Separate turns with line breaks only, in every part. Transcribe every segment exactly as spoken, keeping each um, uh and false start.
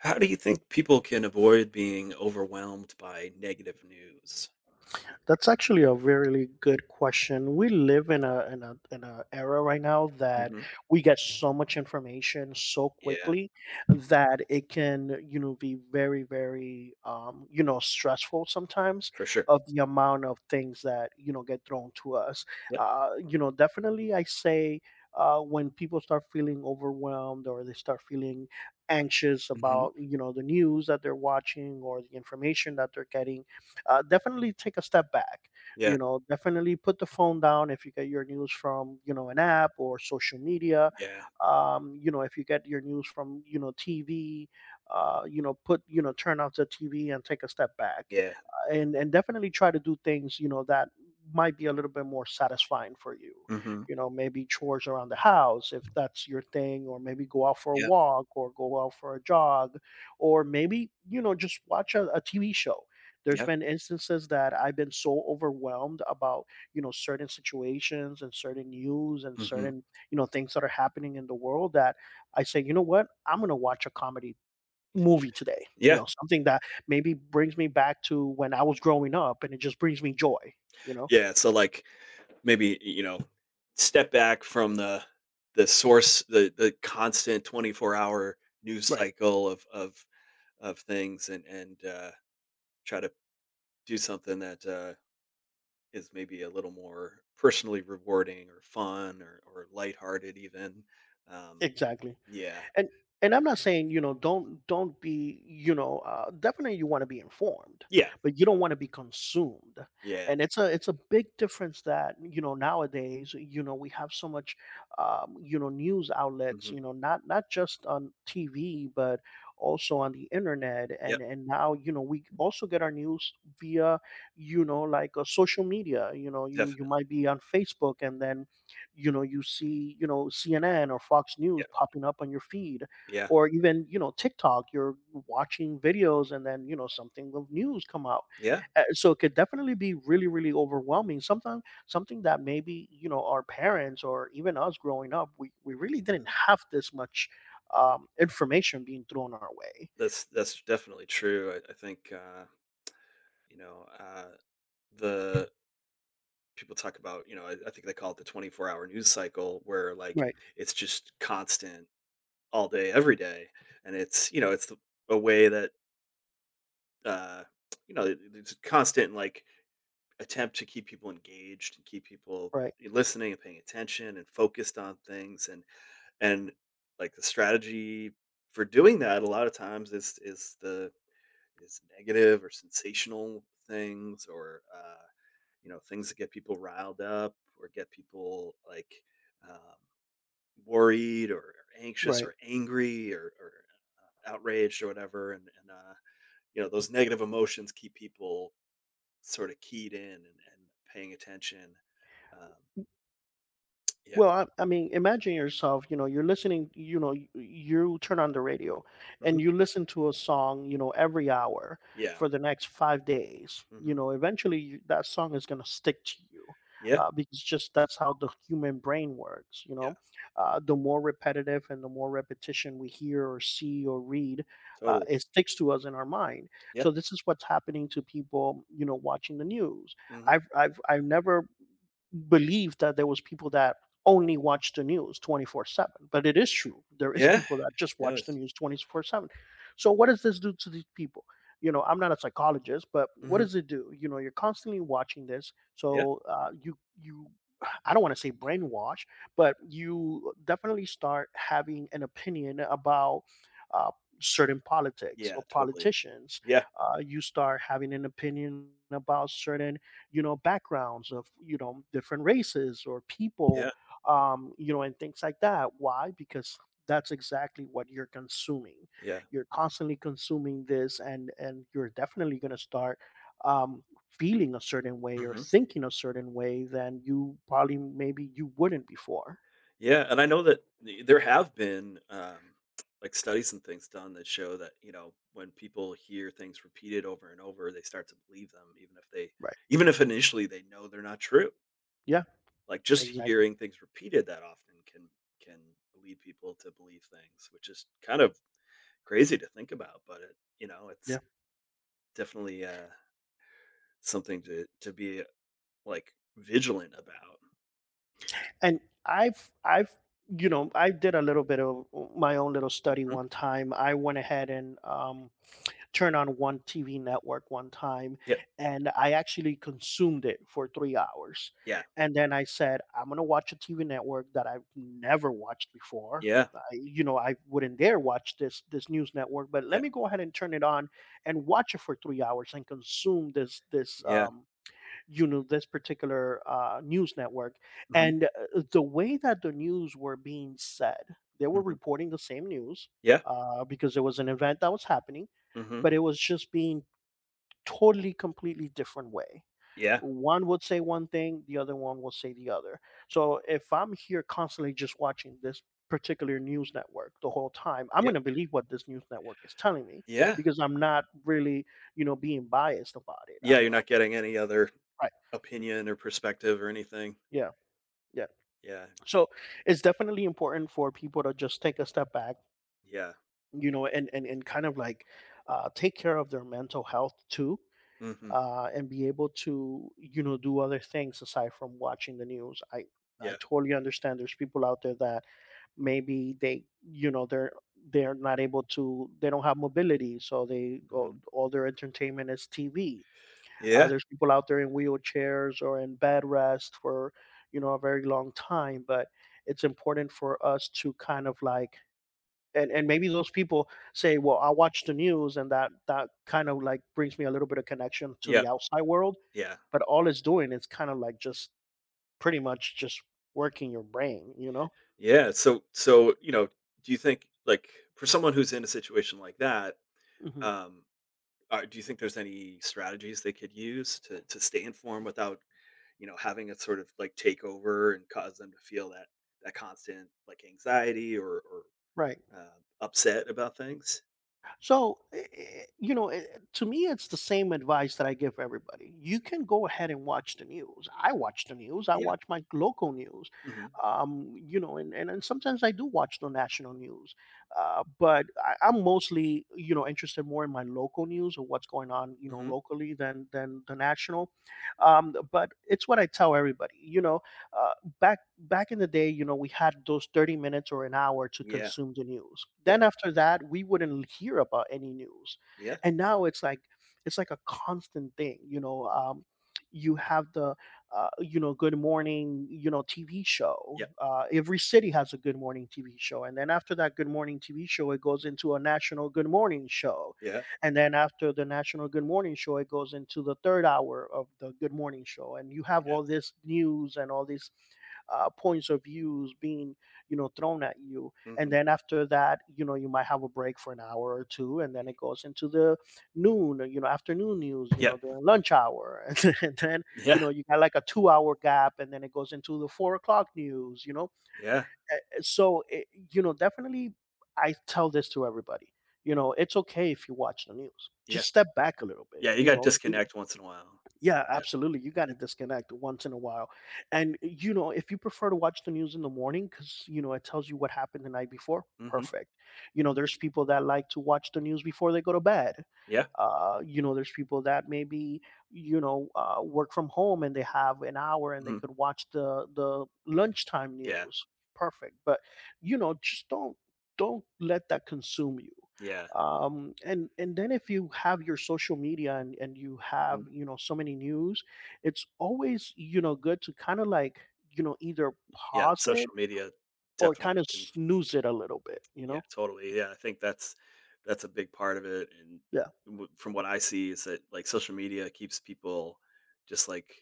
How do you think people can avoid being overwhelmed by negative news?
That's actually a really good question. We live in a in a in a era right now that
Mhm.
we get so much information so
Yeah,
quickly that it can, you know, be very, very um, you know, stressful sometimes
for sure.
of the amount of things that, you know, get thrown to us.
Yep.
Uh, you know, definitely I say uh, when people start feeling overwhelmed or they start feeling anxious
Mhm.
about you know the news that they're watching or the information that they're getting. Uh, definitely take a step back.
Yeah.
You know, definitely put the phone down if you get your news from you know an app or social media.
Yeah.
Um, you know, if you get your news from you know T V, uh, you know, put you know turn off the T V and take a step back,
Yeah.
and and definitely try to do things you know that might be a little bit more satisfying for you.
Mhm.
You know maybe chores around the house if that's your thing, or maybe go out for a
Yeah.
walk or go out for a jog, or maybe you know just watch a, tv show. There's
Yep.
been instances that I've been so overwhelmed about you know certain situations and certain news and
Mhm.
certain you know things that are happening in the world that I say, you know what, I'm going to watch a comedy movie today, you
Yeah.
know, something that maybe brings me back to when I was growing up, and it just brings me joy, you know?
Yeah, so, like, maybe, you know, step back from the the source, the the constant twenty-four-hour news
Right.
cycle of of of things and and, uh, try to do something that, uh is maybe a little more personally rewarding or fun or or lighthearted even. Um,
Exactly.
yeah.
and and I'm not saying you know don't don't be you know uh, definitely you want to be informed,
Yeah.
but you don't want to be consumed.
Yeah.
And it's a it's a big difference that you know nowadays you know we have so much um, you know news outlets
Mhm.
you know not not just on T V, but also on the internet,
Yep,
and and now you know we also get our news via you know like uh, social media. You know you you
definitely.
might be on Facebook, and then, you know, you see, you know, C N N or Fox News
Yeah.
popping up on your feed,
Yeah.
or even, you know, TikTok. You're watching videos, and then, you know, something of news come out.
Yeah.
Uh, so it could definitely be really, really overwhelming. Sometimes something that maybe, you know, our parents or even us growing up, we, we really didn't have this much um, information being thrown our way.
That's that's definitely true. I, I think uh, you know, uh the people talk about, you know, I, I think they call it the twenty-four hour news cycle where like
Right,
it's just constant all day, every day. And it's, you know, it's the, a way that uh you know, it- it's constant like attempt to keep people engaged and keep people
right,
listening and paying attention and focused on things and and like the strategy for doing that a lot of times is is the is negative or sensational things or uh, you know things that get people riled up or get people like um, worried or, anxious
right.
or angry or, or uh, outraged or whatever and, and uh, you know those negative emotions keep people sorta keyed in and and paying attention. Um, yeah.
Well, I, I mean, imagine yourself, you know, you're listening, you know, y- you turn on the radio
Mhm.
and you listen to a song, you know, every hour
Yeah.
for the next five days.
Mhm.
You know, eventually you, that song is going to stick to you
Yeah.
uh, because just that's how the human brain works. You
Yeah.
know, uh, the more repetitive and the more repetition we hear or see or read, uh,
Totally.
it sticks to us in our mind.
Yeah.
So this is what's happening to people, you know, watching the news.
Mhm.
I've, I've, I've never believe that there was people that only watch the news twenty four seven, but it is true there is
Yeah.
people that just
Yeah.
watch the news twenty four seven. So what does this do to these people? You know i'm not a psychologist, but what
Mhm.
does it do? You know you're constantly watching this,
Yeah.
so uh, you you I don't want to say brainwash, but you definitely start having an opinion about uh, certain politics
Yeah,
or
totally.
politicians.
Yeah.
Uh, you start having an opinion about certain you know backgrounds of you know different races or people
Yeah.
um you know and things like that. Why? Because that's exactly what you're consuming.
Yeah.
You're constantly consuming this, and and you're definitely going to start um feeling a certain way or
Mhm.
thinking a certain way than you probably maybe you wouldn't before.
Yeah, and I know that the there have been, um, like, studies and things done that show that, you know, when people hear things repeated over and over, they start to believe them even if they
Right.
even if initially they know they're not true.
Yeah.
Like, just
Exactly.
hearing things repeated that often can can lead people to believe things, which is kind of crazy to think about, but it you know, it's
Yeah.
definitely, uh, something to to be, like, vigilant about.
And i've i've you know i did a little bit of my own little study
Mhm.
one time. I went ahead and um turn on one T V network one time,
Yeah,
and I actually consumed it for three hours,
yeah,
and then I said, "I'm gonna watch a T V network that I've never watched before.
yeah,
I you know, I wouldn't dare watch this this news network, but
yeah,
let me go ahead and turn it on and watch it for three hours and consume this this,
yeah.
um, you know, this particular, uh, news network,"
Mhm,
and, uh, the way that the news were being said, they were
mhm.
reporting the same news,
Yeah,
uh, because there was an event that was happening,
mhm.
but it was just being totally completely different way.
Yeah,
One would say one thing, the other one will say the other. So if I'm here constantly just watching this particular news network the whole time, I'm
yep,
going to believe what this news network is telling me,
yeah.
because I'm not really you know being biased about it,
Yeah,
i'm,
you're
I'm
not getting any other
Right.
opinion or perspective or anything.
Yeah. Yeah.
Yeah,
So it's definitely important for people to just take a step back,
yeah.
you know and and, and kind of like uh, take care of their mental health too
Mhm.
uh, and be able to you know do other things aside from watching the news. I i
Yeah,
totally understand there's people out there that maybe they you know they're they're not able to, they don't have mobility, so they go
mhm.
all their entertainment is T V. uh,
Yeah,
there's people out there in wheelchairs or in bed rest for you know a very long time, but it's important for us to kind of like, and, and maybe those people say, well, I watch the news and that that kind of like brings me a little bit of connection to
yeah,
the outside world,
yeah.
but all it's doing is kind of like just pretty much just working your brain, you know?
Yeah, so so, you know, do you think, like, for someone who's in a situation like that,
Hmm.
um, uh, do you think there's any strategies they could use to to stay informed without, you know, having it sort of, like, take over and cause them to feel that that constant, like, anxiety or or,
Right.
uh, upset about things?
So, i- i- you know, i- to me, it's the same advice that I give everybody. You can go ahead and watch the news. I watch the news. I
Yeah,
watch my local news.
mhm,
Um, you know, and, and and sometimes I do watch the national news, uh, but I, I'm mostly, you know, interested more in my local news or what's going on, you know,
mhm,
locally than than the national. Um, but it's what I tell everybody. You know, uh, back back in the day, you know, we had those thirty minutes or an hour to
yeah,
consume the news.
yep,
Then after that, we wouldn't hear about any news.
yeah,
And now it's like it's like a constant thing, you know, um You have the uh, you know good morning you know T V show.
yep,
Uh, every city has a good morning T V show, and then after that good morning T V show it goes into a national good morning show,
yeah,
and then after the national good morning show it goes into the third hour of the good morning show, and you have
yeah,
all this news and all these uh, points of views being you know thrown at you. And
mhm,
then after that you know you might have a break for an hour or two, and then it goes into the noon you know afternoon news you know
yep,
during lunch hour and then, and then you
yeah,
know you got like a two hour gap, and then it goes into the four o'clock news you know
yeah,
Eh, eh, so it, you know definitely I tell this to everybody. You know it's okay if you watch the news,
yeah,
just step back a little bit
yeah, you
you
gotta
know do,
disconnect once in a while.
Yeah,
Yeah,
absolutely. You got to disconnect once in a while. And, you know, if you prefer to watch the news in the morning because, you know, it tells you what happened the night before,
mhm,
perfect. You know, there's people that like to watch the news before they go to bed.
yeah,
Uh, you know, there's people that maybe, you know, uh, work from home and they have an hour and they
mhm,
could watch the the lunchtime
yeah.
news. Perfect. But, you know, just don't don't let that consume you
Yeah.
um and and then if you have your social media and and you have
Mhm.
you know so many news, it's always you know good to kind of like, you know either
Yeah,
pause it
social media
or kind
definitely
of
can
snooze it a little bit you
yeah,
know
totally, yeah, I think that's that's a big part of it, and
Yeah,
w from what I see is that, like, social media keeps people just, like,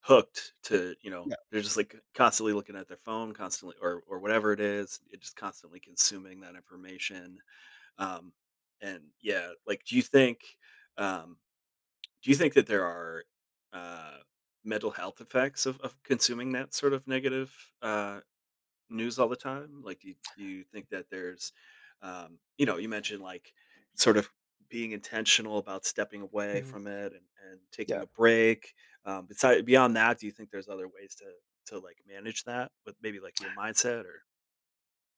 hooked to you know,
yeah.
they're just, like, constantly looking at their phone, constantly or or whatever it is, it just constantly consuming that information, um, and yeah, like, do you think, um do you think that there are, uh, mental health effects of of consuming that sort of negative, uh news all the time? Like, do you, do you think that there's, um, you know, you mentioned like sort of being intentional about stepping away
Mhm.
from it and, and taking
Yeah.
a break. Um, beside beyond that, do you think there's other ways to to like manage that with maybe like your mindset or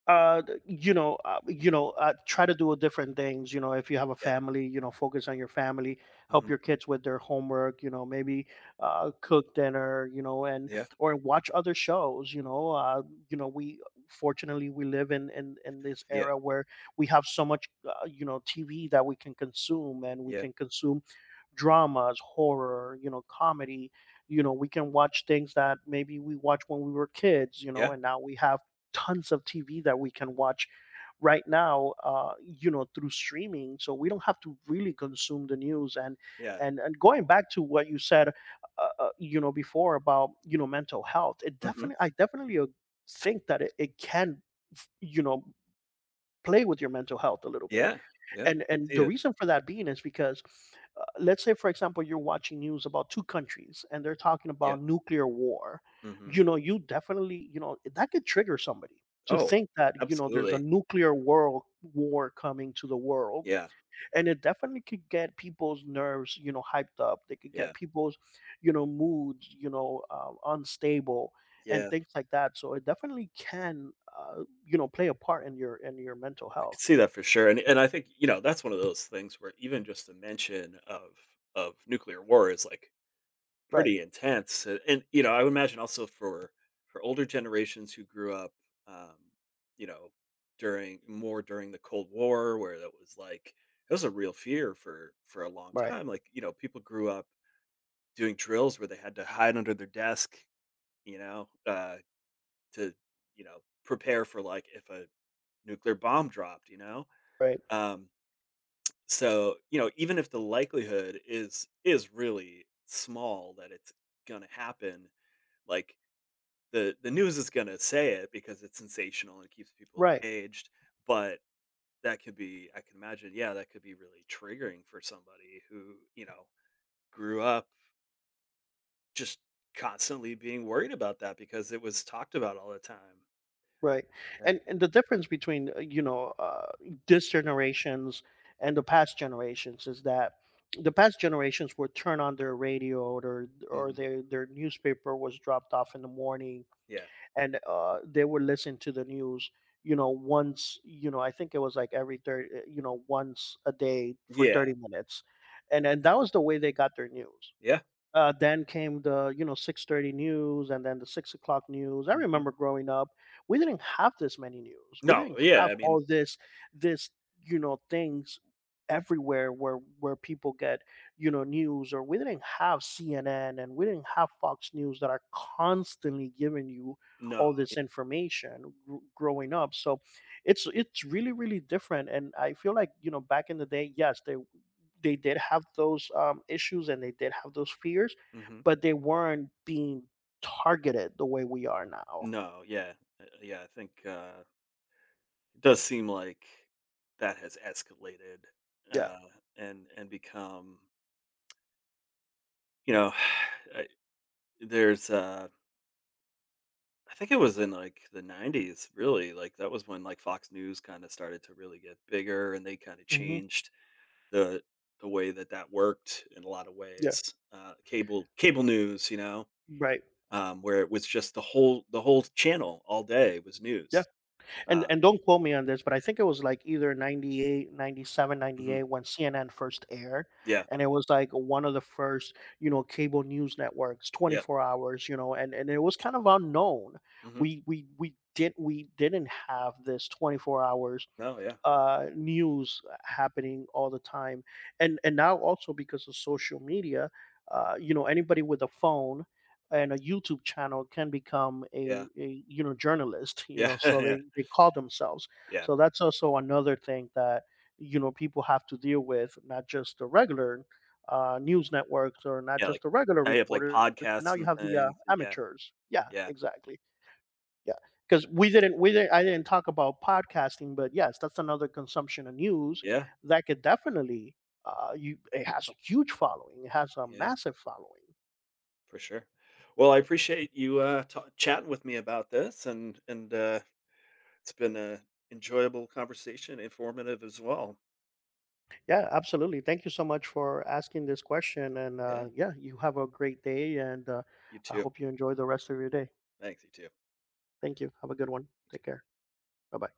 Uh you know uh, you know uh, try to do different things. You know if you have a
yeah,
family you know focus on your family, help
hmm
your kids with their homework you know maybe uh cook dinner you know and
yeah,
or watch other shows you know uh you know we fortunately we live in in in this
yeah,
era where we have so much uh, you know T V that we can consume, and we
yeah,
can consume dramas, horror, you know, comedy. You know, we can watch things that maybe we watched when we were kids, you know,
yeah,
and now we have tons of T V that we can watch right now uh you know through streaming, so we don't have to really consume the news. and
yeah,
and and going back to what you said uh, uh, you know before about you know mental health, it
hmm
definitely I definitely uh, think that it, it can you know play with your mental health a little bit.
yeah, yeah. I
and
can
and
see
the
it.
reason for that being is because, uh, let's say, for example, you're watching news about two countries and they're talking
Yeah.
about nuclear war.
Hmm.
You know, you definitely you know that could trigger somebody to
Oh,
think that you know there's a
absolutely.
nuclear world war coming to the world,
Yeah,
and it definitely could get people's nerves you know hyped up. They could
yeah,
get people's you know moods you know uh, unstable and
yeah.
things like that. So it definitely can uh, you know play a part in your in your mental
I could
health.
see that for sure, and and I think, you know, that's one of those things where even just the mention of of nuclear war is, like,
Right.
pretty intense, and and, you know, I would imagine also for for older generations who grew up, um, you know, during more during the Cold War where that was, like it was a real fear for for a long
Right.
time, like, you know, people grew up doing drills where they had to hide under their desk, you know, uh, to, you know, prepare for, like, if a nuclear bomb dropped, you know?
Right.
Um, So, you know, even if the likelihood is is really small that it's gonna happen, like the the news is gonna say it because it's sensational and it keeps people
Right,
engaged, but that could be I can imagine, yeah, that could be really triggering for somebody who, you know, grew up just constantly being worried about that because it was talked about all the time.
right.
Yeah.
And and the difference between, uh, you know, uh, this generations and the past generations is that the past generations would turn on their radio or or
Mhm.
their their newspaper was dropped off in the morning,
Yeah.
and uh, they would listen to the news, you know, once, you know, I think it was like every thirty, uh, you know, once a day for
Yeah.
thirty minutes. And and that was the way they got their news.
Yeah.
Uh, then came the you know six thirty news, and then the six o'clock news. I
Mhm.
remember growing up, we didn't have this many news. We
No,
didn't
yeah,
have
I mean,
all this this you know things everywhere where where people get you know news, or we didn't have C N N and we didn't have Fox News that are constantly giving you
no.
all this information gr- growing up. So it's it's really, really different, and I feel like you know back in the day, yes, they they did have those um, issues, and they did have those fears,
Mhm.
but they weren't being targeted the way we are now.
No, yeah. Uh, yeah, I think, uh it does seem like that has escalated
Yeah.
uh, and and become you know I, there's uh I think it was in like the nineties really like that was when like fox news kind of started to really get bigger and they kind of
Hmm.
changed the the way that that worked in a lot of
Yeah.
ways uh cable cable news you know
Right.
um where it was just the whole the whole channel all day was
Yeah.
news
And
uh
and don't quote me on this, but I think it was like either ninety eight, ninety seven, ninety
mhm,
eight when C N N first aired.
yeah
And it was like one of the first, you know, cable news networks,
yeah
twenty-four hours, you know, and, and it was kind of unknown.
hmm
We we we did we didn't have this twenty-four hours
no yeah
uh, news happening all the time, and and now also because of social media, uh, you know anybody with a phone and a YouTube channel can become a,
yeah
a you know journalist. You
yeah
know, so
yeah
they they call themselves.
yeah
So that's also another thing that you know people have to deal with, not just the regular uh, news networks or not
Yeah, like,
just the regular
now you have, like,
reporters, but now
podcasts
you
and
have the uh,
things, and yeah,
amateurs. Yeah,
yeah,
exactly. Yeah, because we didn't, we didn't, I didn't talk about podcasting, but yes, that's another consumption of news
yeah,
that could definitely, uh, you, it has a huge following, it has a
yeah,
massive following.
for sure. Well, I appreciate you, uh, ta chatting with me about this, and and, uh, it's been a enjoyable conversation, informative as well.
Yeah, absolutely. Thank you so much for asking this question, and
Yeah,
uh, yeah, you have a great day, and uh,
you
I
too.
hope you enjoy the rest of your day.
Thanks, you too.
Thank you. Have a good one.
You too.
Take care. Bye bye.